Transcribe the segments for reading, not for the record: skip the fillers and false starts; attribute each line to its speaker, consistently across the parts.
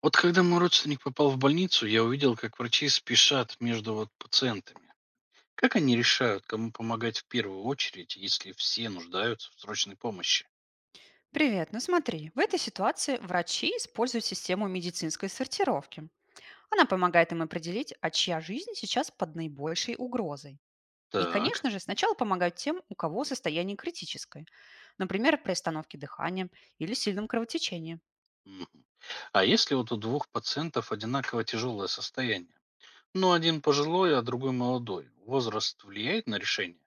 Speaker 1: Вот когда мой родственник попал в больницу, я увидел, как врачи спешат между вот пациентами. Как они решают, кому помогать в первую очередь, если все нуждаются в срочной помощи?
Speaker 2: Привет, ну смотри, в этой ситуации врачи используют систему медицинской сортировки. Она помогает им определить, а чья жизнь сейчас под наибольшей угрозой. И,
Speaker 1: Так.
Speaker 2: конечно же, сначала помогают тем, у кого состояние критическое, например, при остановке дыхания или сильном кровотечении.
Speaker 1: Мгм. А если вот у двух пациентов одинаково тяжелое состояние? Ну, один пожилой, а другой молодой. Возраст влияет на решение?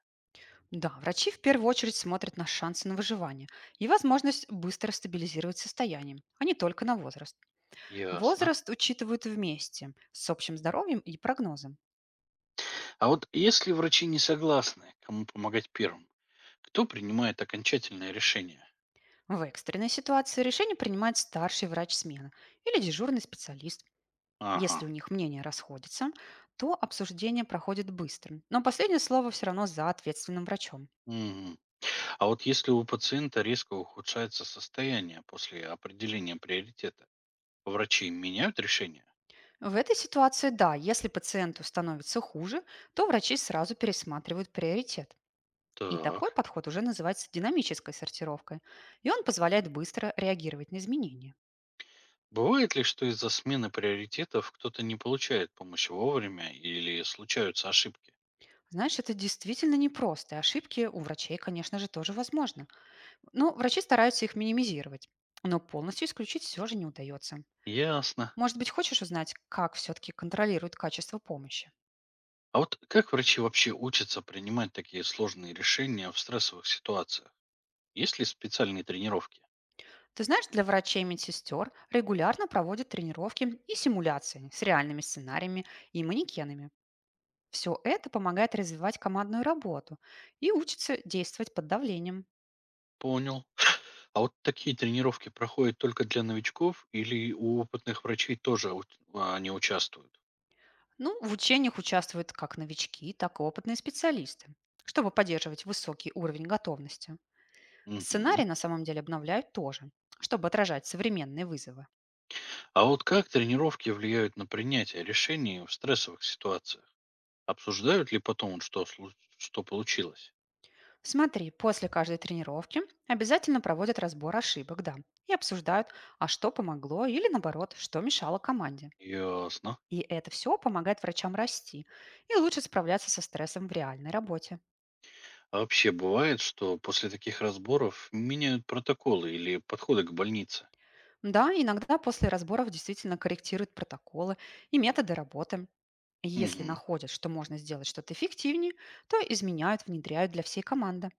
Speaker 2: Да, врачи в первую очередь смотрят на шансы на выживание и возможность быстро стабилизировать состояние, а не только на возраст.
Speaker 1: Ясно.
Speaker 2: Возраст учитывают вместе с общим здоровьем и прогнозом.
Speaker 1: А вот если врачи не согласны, кому помогать первым, кто принимает окончательное решение?
Speaker 2: В экстренной ситуации решение принимает старший врач смены или дежурный специалист.
Speaker 1: Ага.
Speaker 2: Если у них мнения расходятся, то обсуждение проходит быстро, но последнее слово все равно за ответственным врачом.
Speaker 1: Мгм. А вот если у пациента резко ухудшается состояние после определения приоритета, врачи меняют решение?
Speaker 2: В этой ситуации, да, если пациенту становится хуже, то врачи сразу пересматривают приоритет. И такой
Speaker 1: Так.
Speaker 2: подход уже называется динамической сортировкой, и он позволяет быстро реагировать на изменения.
Speaker 1: Бывает ли, что из-за смены приоритетов кто-то не получает помощи вовремя или случаются ошибки?
Speaker 2: Знаешь, это действительно непросто, и ошибки у врачей, конечно же, тоже возможны. Ну, врачи стараются их минимизировать, но полностью исключить все же не удается.
Speaker 1: Ясно.
Speaker 2: Может быть, хочешь узнать, как все-таки контролируют качество помощи?
Speaker 1: А вот как врачи вообще учатся принимать такие сложные решения в стрессовых ситуациях? Есть ли специальные тренировки?
Speaker 2: Ты знаешь, для врачей и медсестер регулярно проводят тренировки и симуляции с реальными сценариями и манекенами. Все это помогает развивать командную работу и учится действовать под давлением.
Speaker 1: Понял. А вот такие тренировки проходят только для новичков или у опытных врачей тоже а, они участвуют?
Speaker 2: Ну, в учениях участвуют как новички, так и опытные специалисты, чтобы поддерживать высокий уровень готовности.
Speaker 1: Угу.
Speaker 2: Сценарий на самом деле обновляют тоже, чтобы отражать современные вызовы.
Speaker 1: А вот как тренировки влияют на принятие решений в стрессовых ситуациях? Обсуждают ли потом, вот что, что получилось?
Speaker 2: Смотри, после каждой тренировки обязательно проводят разбор ошибок, да, и обсуждают, а что помогло или наоборот, что мешало команде.
Speaker 1: Ясно.
Speaker 2: И это все помогает врачам расти и лучше справляться со стрессом в реальной работе.
Speaker 1: А вообще бывает, что после таких разборов меняют протоколы или подходы к больнице?
Speaker 2: Да, иногда после разборов действительно корректируют протоколы и методы работы. Если
Speaker 1: Мгм.
Speaker 2: находят, что можно сделать что-то эффективнее, то изменяют, внедряют для всей команды.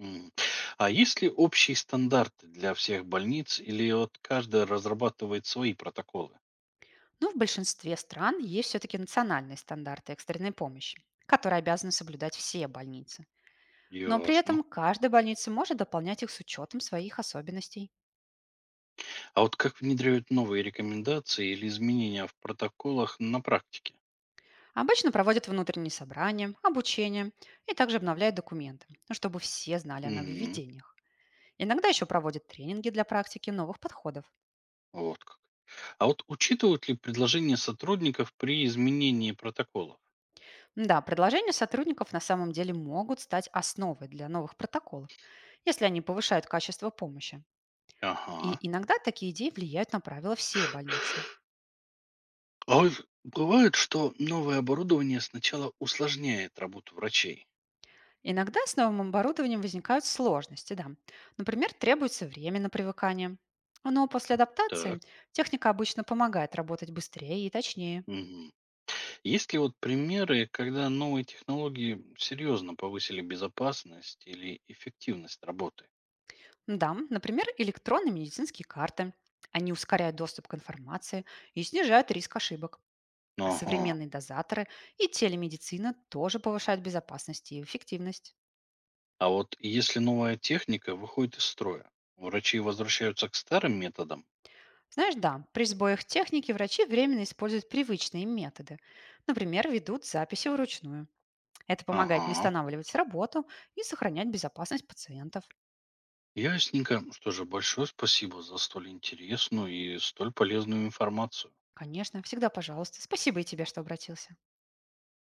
Speaker 1: М. А есть ли общие стандарты для всех больниц или вот каждая разрабатывает свои протоколы?
Speaker 2: Но в большинстве стран есть все-таки национальные стандарты экстренной помощи, которые обязаны соблюдать все больницы. Но при этом
Speaker 1: Ясно.
Speaker 2: каждая больница может дополнять их с учетом своих особенностей.
Speaker 1: А вот как внедряют новые рекомендации или изменения в протоколах на практике?
Speaker 2: Обычно проводят внутренние собрания, обучение и также обновляют документы, ну, чтобы все знали о
Speaker 1: Мгм.
Speaker 2: нововведениях. Иногда еще проводят тренинги для практики новых подходов.
Speaker 1: Вот как. А вот учитывают ли предложения сотрудников при изменении протоколов?
Speaker 2: Да, предложения сотрудников на самом деле могут стать основой для новых протоколов, если они повышают качество помощи.
Speaker 1: Ага.
Speaker 2: И иногда такие идеи влияют на правила всей больницы.
Speaker 1: А вот бывает, что новое оборудование сначала усложняет работу врачей.
Speaker 2: Иногда с новым оборудованием возникают сложности, да. Например, требуется время на привыкание. Но после адаптации
Speaker 1: Так.
Speaker 2: техника обычно помогает работать быстрее и точнее.
Speaker 1: Мгм. Есть ли вот примеры, когда новые технологии серьезно повысили безопасность или эффективность работы?
Speaker 2: Да, например, электронные медицинские карты. Они ускоряют доступ к информации и снижают риск ошибок. А
Speaker 1: Ага.
Speaker 2: современные дозаторы и телемедицина тоже повышают безопасность и эффективность.
Speaker 1: А вот если новая техника выходит из строя, врачи возвращаются к старым методам?
Speaker 2: Знаешь, да, при сбоях техники врачи временно используют привычные методы. Например, ведут записи вручную. Это помогает не
Speaker 1: Ага.
Speaker 2: останавливать работу и сохранять безопасность пациентов.
Speaker 1: Ясненько. Что же, большое спасибо за столь интересную и столь полезную информацию.
Speaker 2: Конечно, всегда пожалуйста. Спасибо и тебе, что обратился.